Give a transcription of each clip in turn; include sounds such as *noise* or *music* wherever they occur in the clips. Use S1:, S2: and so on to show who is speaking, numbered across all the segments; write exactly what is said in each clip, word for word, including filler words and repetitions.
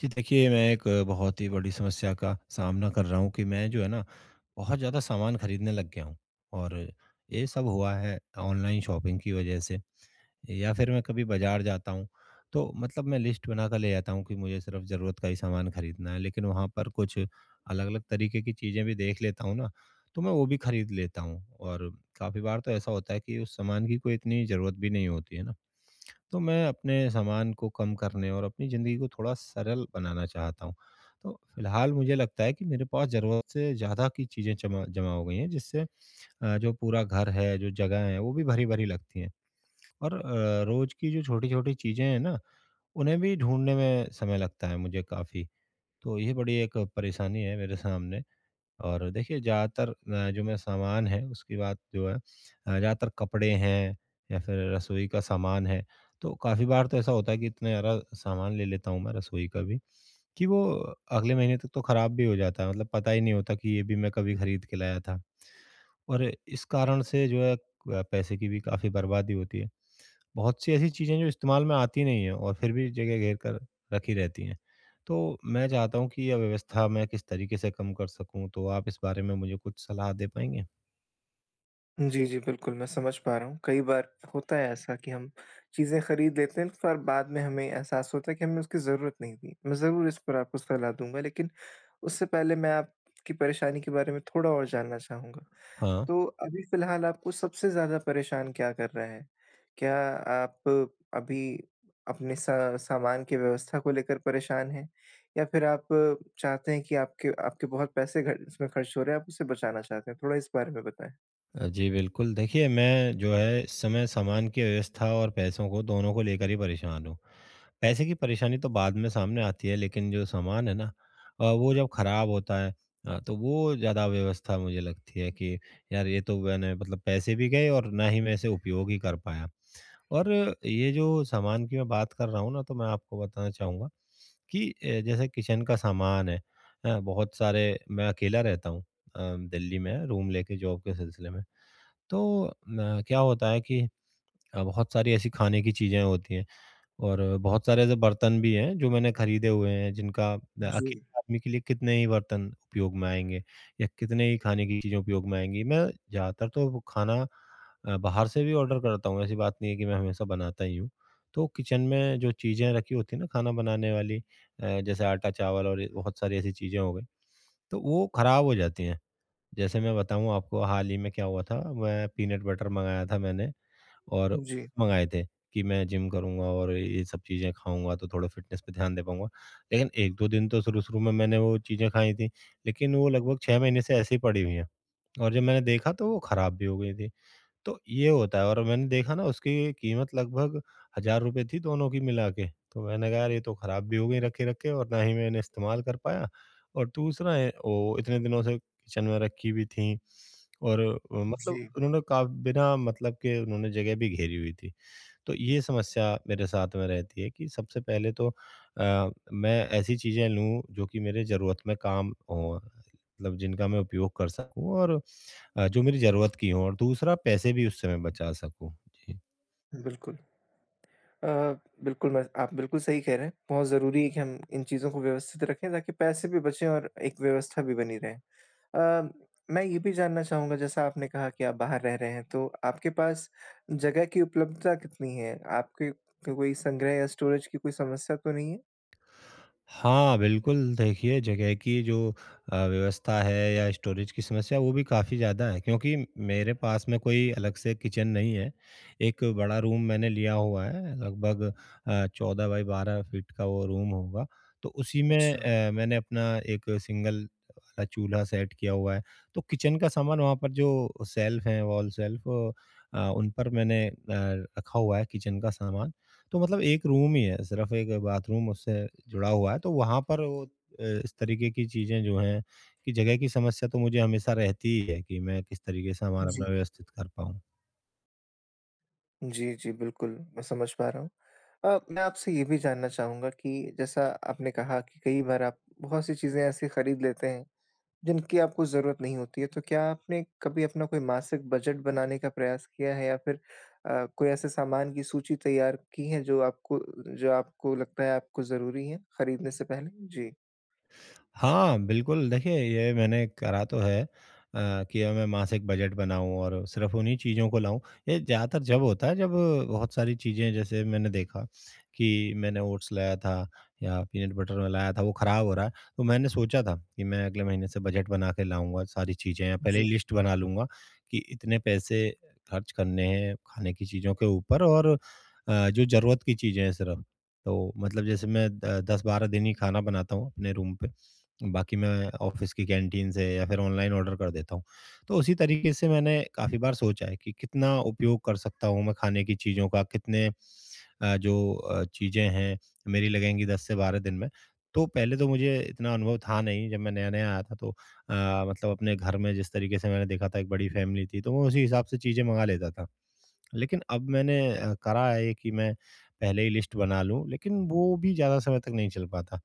S1: जी देखिए, मैं एक बहुत ही बड़ी समस्या का सामना कर रहा हूँ कि मैं जो है ना, बहुत ज़्यादा सामान खरीदने लग गया हूँ। और ये सब हुआ है ऑनलाइन शॉपिंग की वज़ह से। या फिर मैं कभी बाज़ार जाता हूँ, तो मतलब मैं लिस्ट बनाकर ले जाता हूँ कि मुझे सिर्फ़ ज़रूरत का ही सामान खरीदना है, लेकिन वहाँ पर कुछ अलग-अलग तरीके की चीज़ें भी देख लेता हूँ ना, तो मैं वो भी खरीद लेता हूँ। और काफ़ी बार तो ऐसा होता है कि उस सामान की कोई इतनी ज़रूरत भी नहीं होती है ना। तो मैं अपने सामान को कम करने और अपनी ज़िंदगी को थोड़ा सरल बनाना चाहता हूँ। तो फ़िलहाल मुझे लगता है कि मेरे पास ज़रूरत से ज़्यादा की चीज़ें जमा जमा हो गई हैं, जिससे अ, जो पूरा घर है, जो जगह है, वो भी भरी-भरी लगती हैं। और अ, रोज़ की जो छोटी-छोटी चीज़ें हैं ना, उन्हें भी ढूँढने में समय लगता है मुझे काफ़ी। तो ये बड़ी एक परेशानी है मेरे सामने। और देखिए ज़्यादातर अ, जो मैं सामान है उसकी बात जो है अ, ज़्यादातर कपड़े हैं या फिर रसोई का सामान है। तो काफ़ी बार तो ऐसा होता है कि इतना ज़्यादा सामान ले लेता हूँ मैं रसोई का भी, कि वो अगले महीने तक तो ख़राब भी हो जाता है। मतलब पता ही नहीं होता कि ये भी मैं कभी खरीद के लाया था। और इस कारण से जो है अ, पैसे की भी काफ़ी बर्बादी होती है। बहुत सी ऐसी चीज़ें जो इस्तेमाल में आती नहीं हैं और फिर भी जगह घेर कर रखी रहती हैं। तो मैं चाहता हूँ कि यह व्यवस्था मैं किस तरीके से कम कर सकूँ, तो आप इस बारे में मुझे कुछ सलाह दे पाएँगे?
S2: जी, जी, बिल्कुल, मैं समझ पा रहा हूँ। कई बार होता है ऐसा कि हम चीज़ें खरीद लेते हैं पर बाद में हमें एहसास होता है कि हमें उसकी ज़रूरत नहीं थी। मैं ज़रूर इस पर आपको सलाह दूँगा लेकिन उससे पहले मैं आपकी परेशानी के बारे में थोड़ा और जानना चाहूँगा।
S1: हाँ।
S2: तो अभी फ़िलहाल आपको सबसे ज़्यादा परेशान क्या कर रहा है? क्या आप अभी अपने सा सामान की व्यवस्था को लेकर परेशान हैं? या फिर आप चाहते हैं कि आपके आपके बहुत पैसे घ इसमें खर्च हो रहे हैं, आप उसे बचाना चाहते हैं? थोड़ा इस बारे में बताएँ।
S1: अ, जी, बिल्कुल। देखिए, मैं जो है, इस समय सामान की अव्यवस्था और पैसों को, दोनों को लेकर ही परेशान हूँ। पैसे की परेशानी तो बाद में सामने आती है, लेकिन जो सामान है ना, अ, वो जब ख़राब होता है, अ, तो वो ज़्यादा अव्यवस्था मुझे लगती है कि यार ये तो मैंने, मतलब पैसे भी गए और ना ही मैं इसे उपयोग ही कर पाया। और ये जो सामान की मैं बात कर रहा हूँ ना, तो मैं आपको बताना चाहूँगा कि अ, जैसे किचन का सामान है, हैं? बहुत सारे। मैं अकेला रहता हूँ, अ, दिल्ली में रूम लेके जॉब के सिलसिले में। तो अ, क्या होता है कि अ, बहुत सारी ऐसी खाने की चीज़ें होती हैं और बहुत सारे ऐसे बर्तन भी हैं जो मैंने खरीदे हुए हैं, जिनका अ,
S2: जी।
S1: अकेले आदमी के लिए कितने ही बर्तन उपयोग में आएँगे या कितने ही खाने की चीज़ें उपयोग में आएँगी। मैं ज़्यादातर तो वो खाना अ, बाहर से भी ऑर्डर करता हूँ, ऐसी बात नहीं है कि मैं हमेशा बनाता ही हूँ। तो किचन में जो चीज़ें रखी होती हैं ना, खाना बनाने वाली, अ, जैसे आटा, चावल और ये बहुत सारी ऐसी चीज़ें हो गई, तो वो खराब हो जाती हैं। जैसे मैं बताऊँ आपको, हाल ही में क्या हुआ था, मैं पीनट बटर मँगाया था मैंने और
S2: जी,
S1: मँगाए थे कि मैं जिम करूँगा और ये सब चीज़ें खाऊँगा तो थोड़ा फ़िटनेस पे ध्यान दे पाऊँगा। लेकिन एक दो दिन तो शुरू-शुरू में मैंने वो चीज़ें खाई थी, लेकिन वो लगभग छह महीने से ऐसे ही पड़ी हुई हैं और जब मैंने देखा तो वो ख़राब भी हो गई थी। तो ये होता है। और मैंने देखा ना, उसकी कीमत लगभग हज़ार रुपए थी दोनों की मिला के। तो मैंने कहा यार ये तो ख़राब भी हो गई रखे-रखे और ना ही मैं इन्हें इस्तेमाल कर पाया। और दूसरा है, वो इतने दिनों से किचन में रखी भी थी और अ, मतलब
S2: जी,
S1: उन्होंने का बिना मतलब के उन्होंने जगह भी घेरी हुई थी। तो ये समस्या मेरे साथ में रहती है कि सबसे पहले तो अ, मैं ऐसी चीज़ें लूँ जो कि मेरे ज़रूरत में काम हों, मतलब जिनका मैं उपयोग कर सकूँ और अ, जो मेरी ज़रूरत की हो, और दूसरा पैसे भी उस समय बचा सकूँ? जी।
S2: बिल्कुल। अ, बिल्कुल मैं आप बिल्कुल सही कह रहे हैं, बहुत ज़रूरी है कि हम इन चीज़ों को व्यवस्थित रखें ताकि पैसे भी बचें और एक व्यवस्था भी बनी रहे। अ, मैं ये भी जानना चाहूँगा, जैसा आपने कहा कि आप बाहर रह रहे हैं, तो आपके पास जगह की उपलब्धता कितनी है? आपके को कोई संग्रह या स्टोरेज की कोई समस्या तो नहीं है?
S1: हाँ, बिल्कुल। देखिए जगह की जो अ, व्यवस्था है या स्टोरेज की समस्या, वो भी काफ़ी ज़्यादा है, क्योंकि मेरे पास में कोई अलग से किचन नहीं है। एक बड़ा रूम मैंने लिया हुआ है, लगभग अ, चौदह बाई बारह फीट का वो रूम होगा। तो उसी में
S2: अच्छा,
S1: अ, मैंने अपना एक सिंगल वाला चूल्हा सेट किया हुआ है। तो किचन का सामान वहाँ पर जो शेल्फ़ हैं, वॉल शेल्फ़, अ, उन पर मैंने अ, रखा हुआ है किचन का सामान। तो मतलब एक रूम ही है, सिर्फ़ एक बाथरूम उससे जुड़ा हुआ है, तो वहाँ पर वो अ, इस तरीके की चीज़ें जो हैं कि जगह की समस्या तो मुझे हमेशा रहती ही है कि मैं किस तरीके से सामान
S2: जी।
S1: अपना व्यवस्थित कर पाऊँ।
S2: जी, जी, बिल्कुल, मैं समझ पा रहा हूँ। अ, मैं आपसे ये भी जानना चाहूँगा कि, जैसा आपने कहा कि कई बार आप बहुत-सी चीज़ें ऐसी खरीद लेते हैं जिनकी आपको ज़रूरत नहीं होती है, तो क्या आपने कभी अपना कोई मासिक बजट बनाने का प्रयास किया है, या फिर अ, कोई ऐसे सामान की सूची तैयार की है जो आपको, जो आपको लगता है आपको ज़रूरी है खरीदने से पहले? जी।
S1: हाँ, बिल्कुल। देखिए ये मैंने करा तो है अ, कि मैं मासिक बजट बनाऊँ और सिर्फ़ उन्हीं चीज़ों को लाऊँ। ये ज़्यादातर जब होता है, जब बहुत सारी चीज़ें, जैसे मैंने देखा कि मैंने ओट्स लाया था या पीनट बटर में लाया था वो ख़राब हो रहा है, तो मैंने सोचा था कि मैं अगले महीने से बजट बना के लाऊँगा सारी चीज़ें या पहले
S2: जी,
S1: ही लिस्ट बना लूँगा कि इतने पैसे खर्च करने हैं खाने की चीज़ों के ऊपर, और अ, जो ज़रूरत की चीज़ें हैं सिर्फ़। तो मतलब जैसे मैं द दस बारह दिन ही खाना बनाता हूँ अपने रूम पे, बाकी मैं ऑफ़िस की कैंटीन से या फिर ऑनलाइन ऑर्डर कर देता हूँ। तो उसी तरीके से मैंने काफ़ी बार सोचा है कि कितना उपयोग कर सकता हूँ मैं खाने की चीज़ों का, कितने अ, जो अ, चीज़ें हैं मेरी, लगेंगी दस से बारह दिन में। तो पहले तो मुझे इतना अनुभव था नहीं, जब मैं नया-नया आया था तो अ, मतलब अपने घर में जिस तरीके से मैंने देखा था, एक बड़ी फैमिली थी, तो मैं उसी हिसाब से चीज़ें मँगा लेता था। लेकिन अब मैंने अ, करा है ये कि मैं पहले ही लिस्ट बना लूँ, लेकिन वो भी ज़्यादा समय तक नहीं चल पाता।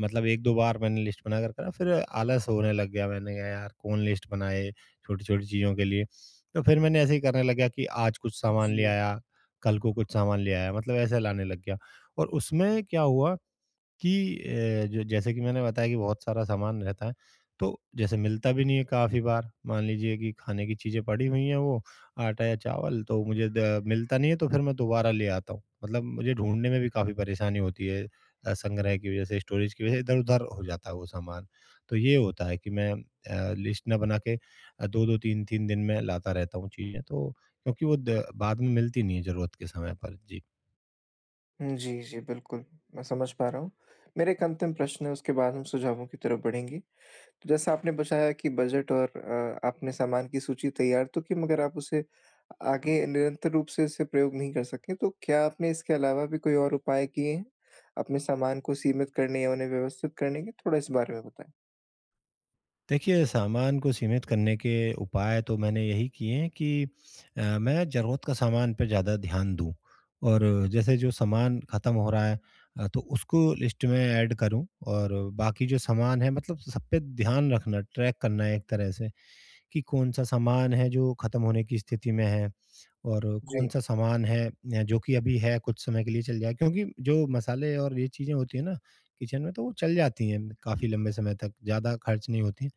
S1: मतलब एक दो बार मैंने लिस्ट बनाकर करा, फिर आलस होने लग गया, मैंने कहा यार कौन लिस्ट बनाए छोटी-छोटी चीज़ों के लिए। तो फिर मैंने ऐसे ही करने लग गया कि आज कुछ सामान ले
S2: जी।
S1: आया, कल को कुछ सामान ले आया, मतलब ऐसा लाने लग गया। और उसमें क्या हुआ कि अ, ज जैसे कि मैंने बताया कि बहुत सारा सामान रहता है, तो जैसे मिलता भी नहीं है काफ़ी बार। मान लीजिए कि खाने की चीज़ें पड़ी हुई हैं वो, आटा या चावल, तो मुझे द मिलता नहीं है, तो फिर मैं दोबारा ले आता हूँ। मतलब मुझे ढूँढने में भी काफ़ी परेशानी होती है, अ, संग्रह की वज़ह से, स्टोरेज की वज़ह से इधर-उधर हो जाता है वो सामान। तो ये होता है कि मैं अ, लिस्ट ना बना के अ, दो दो तीन तीन दिन में लाता रहता हूँ चीज़ें, तो क्योंकि वो द बाद में मिलती नहीं है ज़रूरत के समय पर। जी।
S2: हुँ, जी, जी, बिल्कुल, मैं समझ पा रहा हूँ। मेरा एक अंतिम प्रश्न है, उसके बाद हम सुझावों की तरफ बढ़ेंगे। तो, जैसा आपने बताया कि बजट और अ, आपने सामान की सूची तैयार तो की, मगर आप उसे आगे निरंतर रूप से इसे प्रयोग नहीं कर सके, तो क्या आपने इसके अलावा भी कोई और उपाय किए हैं अपने सामान को सीमित करने या उन्हें व्यवस्थित करने के? थोड़ा इस बारे में बताएँ।
S1: देखिए, सामान को सीमित करने के उपाय तो मैंने यही किए हैं कि अ, मैं ज़रूरत का सामान पे ज़्यादा ध्यान दूँ, और जैसे जो सामान ख़त्म हो रहा है, अ, तो उसको लिस्ट में ऐड करूँ, और बाकी जो सामान है, मतलब सब पे ध्यान रखना, ट्रैक करना है एक तरह से, कि कौन-सा सामान है जो ख़त्म होने की स्थिति में है और
S2: जी,
S1: कौन-सा सामान है अ, जो कि अभी है, कुछ समय के लिए चल जाए, क्योंकि जो मसाले और ये चीज़ें होती हैं ना किचन में, तो वो चल जाती हैं काफ़ी लंबे समय तक, ज़्यादा खर्च नहीं होती।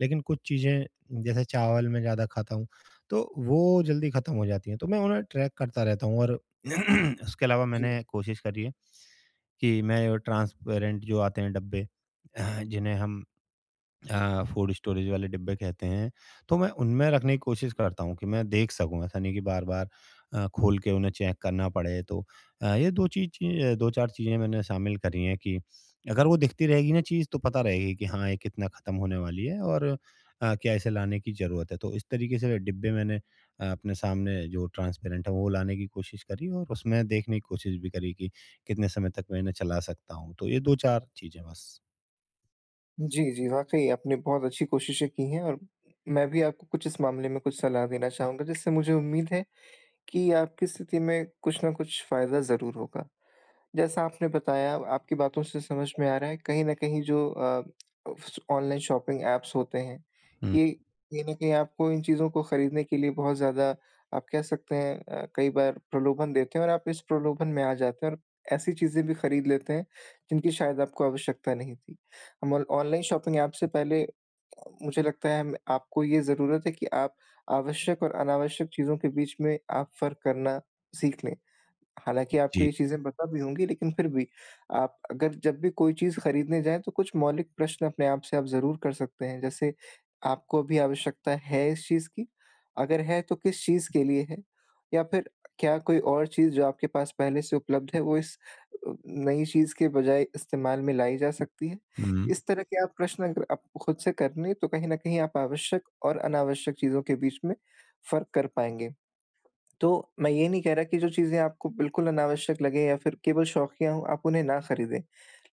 S1: लेकिन कुछ चीज़ें जैसे चावल मैं ज़्यादा खाता हूँ, तो वो जल्दी ख़त्म हो जाती हैं, तो मैं उन्हें ट्रैक करता रहता हूँ और *clears throat* उसके अलावा
S2: जी।
S1: मैंने कोशिश करी है कि मैं ट्रांसपेरेंट जो आते हैं डब्बे, *clears throat* जिन्हें हम अ, फूड स्टोरेज वाले डिब्बे कहते हैं, तो मैं उनमें रखने की कोशिश करता हूँ कि मैं देख सकूँ, ऐसा नहीं कि बार-बार अ, खोल के उन्हें चेक करना पड़े। तो अ, ये दो चीज़ चीज़ दो चार चीज़ें मैंने शामिल करी हैं कि अगर वो दिखती रहेगी ना चीज़, तो पता रहेगी कि हाँ, ये कितना ख़त्म होने वाली है और अ, क्या इसे लाने की ज़रूरत है। तो इस तरीके से डिब्बे मैंने अ, अपने सामने जो ट्रांसपेरेंट है, वो लाने की कोशिश करी और उसमें देखने की कोशिश भी करी कि कितने समय तक मैं इन्हें चला सकता हूँ। तो ये दो चार चीज़ें बस।
S2: जी, जी, वाक़ई आपने बहुत अच्छी कोशिशें की हैं, और मैं भी आपको कुछ इस मामले में कुछ सलाह देना चाहूँगा, जिससे मुझे उम्मीद है कि आपकी स्थिति में कुछ न कुछ फ़ायदा ज़रूर होगा। जैसा आपने बताया, आपकी बातों से समझ में आ रहा है, कहीं न कहीं जो अ, स ऑनलाइन शॉपिंग ऐप्स होते हैं,
S1: हुँ,
S2: ये कहीं न कहीं आपको इन चीज़ों को खरीदने के लिए बहुत ज़्यादा, आप कह सकते हैं अ, कई बार, प्रलोभन देते हैं, और आप इस प्रलोभन में आ जाते हैं और ऐसी चीज़ें भी खरीद लेते हैं, जिनकी शायद आपको आवश्यकता नहीं थी। हम ऑन ऑनलाइन शॉपिंग ऐप से पहले अ, मुझे लगता है हम आपको, ये ज़रूरत है कि आप आवश्यक और अनावश्यक चीज़ों के बीच में आप फ़र्क करना सीख लें। हालाँकि आपको
S1: जी।
S2: ये चीज़ें पता भी होंगी, लेकिन फिर भी आप, अगर जब भी कोई चीज़ खरीदने जाएँ, तो कुछ मौलिक प्रश्न अपने आप से आप ज़रूर कर सकते हैं। जैसे, आपको अभी आवश्यकता है इस चीज़ की? अगर है तो किस चीज़ के लिए है? या फिर क्या कोई और चीज़ जो आपके पास पहले से उपलब्ध है, वो इस अ, नई चीज़ के बजाय इस्तेमाल में लाई जा सकती है?
S1: हुँ।
S2: इस तरह के आप प्रश्न अगर आप खुद से कर लें, तो कहीं न कहीं आप आवश्यक और अनावश्यक चीज़ों के बीच में फ़र्क कर पाएँगे। तो मैं ये नहीं कह रहा कि जो चीज़ें आपको बिल्कुल अनावश्यक लगें या फिर केवल शौकिया हों, आप उन्हें ना खरीदें।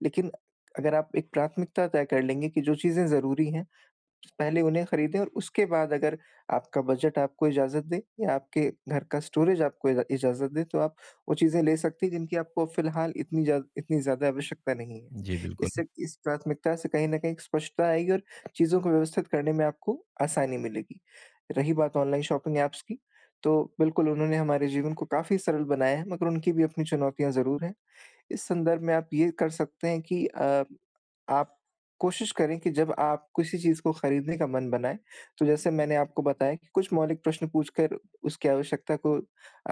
S2: लेकिन अगर आप एक प्राथमिकता तय कर लेंगे कि जो चीज़ें ज़रूरी हैं, पहले उन्हें खरीदें, और उसके बाद अगर आपका बजट आपको इजाज़त दे या आपके घर का स्टोरेज आपको इजा इजाज़त दे, तो आप वो चीज़ें ले सकती हैं जिनकी आपको फ़िलहाल इतनी ज़्या इतनी ज़्यादा आवश्यकता नहीं है।
S1: जी, बिल्कुल।
S2: इससे, इस प्राथमिकता से, कहीं न कहीं एक स्पष्टता आएगी और चीज़ों को व्यवस्थित करने में आपको आसानी मिलेगी। रही बात ऑनलाइन शॉपिंग ऐप्स की, तो बिल्कुल उन्होंने हमारे जीवन को काफ़ी सरल बनाया है, मगर उनकी भी अपनी चुनौतियाँ ज़रूर हैं। इस संदर्भ में आप ये कर सकते हैं कि अ, आप कोशिश करें कि जब आप किसी चीज़ को खरीदने का मन बनाए, तो, जैसे मैंने आपको बताया, कि कुछ मौलिक प्रश्न पूछकर उसकी आवश्यकता को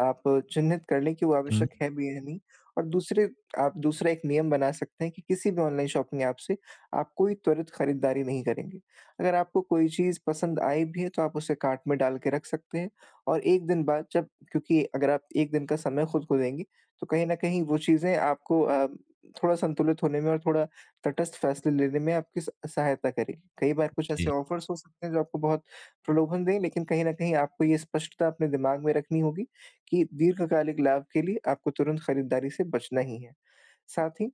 S2: आप चिह्नित कर लें कि वो
S1: हुँ,
S2: आवश्यक है भी या नहीं। और दूसरे, आप दूसरा एक नियम बना सकते हैं कि किसी भी ऑनलाइन शॉपिंग ऐप से आप कोई त्वरित खरीदारी नहीं करेंगे। अगर आपको कोई चीज़ पसंद आई भी है, तो आप उसे कार्ट में डाल के रख सकते हैं, और एक दिन बाद जब, क्योंकि अगर आप एक दिन का समय खुद को देंगे, तो कहीं न कहीं वो चीज़ें आपको अ, थोड़ा संतुलित होने में और थोड़ा तटस्थ फैसले लेने में आपकी स सहायता करेगी। कई बार कुछ ऐसे
S1: जी,
S2: ऑफ़र्स हो सकते हैं जो आपको बहुत प्रलोभन दें, लेकिन कहीं न कहीं आपको ये स्पष्टता अपने दिमाग में रखनी होगी कि दीर्घकालिक लाभ के लिए आपको तुरंत खरीदारी से बचना ही है। साथ ही,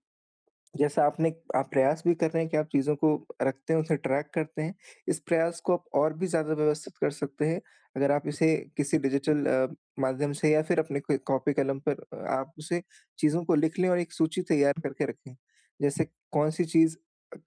S2: जैसा आपने आप प्रयास भी कर रहे हैं कि आप चीज़ों को रखते हैं, उसे ट्रैक करते हैं। इस प्रयास को आप और भी ज़्यादा व्यवस्थित कर सकते हैं, अगर आप इसे किसी डिजिटल अ, माध्यम से, या फिर अपने कोई कॉपी कलम पर अ, आप उसे, चीज़ों को लिख लें और एक सूची तैयार करके रखें। जैसे, कौन-सी चीज़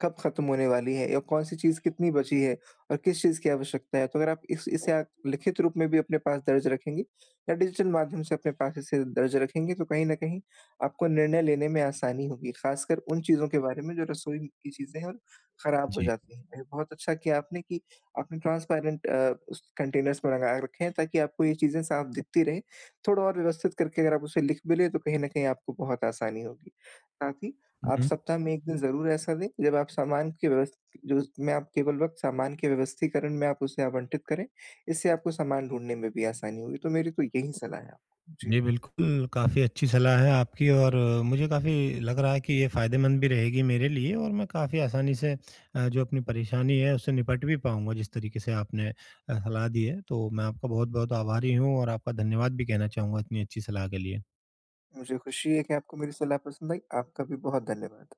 S2: कब ख़त्म होने वाली है, या कौन-सी चीज़ कितनी बची है, और किस चीज़ की आवश्यकता है। तो अगर आप इस इसे आप लिखित रूप में भी अपने पास दर्ज रखेंगे, या डिजिटल माध्यम से अपने पास इसे दर्ज रखेंगे, तो कहीं न कहीं आपको निर्णय लेने में आसानी होगी, खासकर उन चीज़ों के बारे में जो रसोई की चीज़ें हैं और खराब हो
S1: जी।
S2: जाती हैं। अ, बहुत अच्छा किया आपने कि आपने ट्रांसपेरेंट अ, उस कंटेनर्स में लगा रखे हैं, ताकि आपको ये चीज़ें साफ दिखती रहें। थोड़ा और व्यवस्थित करके अगर आप उसे लिख भी लें, तो कहीं न कहीं आपको बहुत आसानी होगी। साथ ही, आप
S1: हुँ।
S2: सप्ताह में एक दिन ज़रूर ऐसा दें, जब आप सामान की व्यवस जो उसमें आप केवल वक़्त सामान के व्यवस्थीकरण में आप उसे आवंटित करें। इससे आपको सामान ढूँढने में भी आसानी होगी। तो मेरी तो यही सलाह है आपको। जी।
S1: जी, बिल्कुल, काफ़ी अच्छी सलाह है आपकी, और मुझे काफ़ी लग रहा है कि ये फ़ायदेमंद भी रहेगी मेरे लिए, और मैं काफ़ी आसानी से अ, जो अपनी परेशानी है, उससे निपट भी पाऊँगा जिस तरीके से आपने अ, सलाह दी है। तो मैं आपका बहुत-बहुत आभारी हूँ और आपका धन्यवाद भी कहना चाहूँगा इतनी अच्छी सलाह के लिए।
S2: मुझे खुशी है कि आपको मेरी सलाह पसंद आई। आपका भी बहुत धन्यवाद।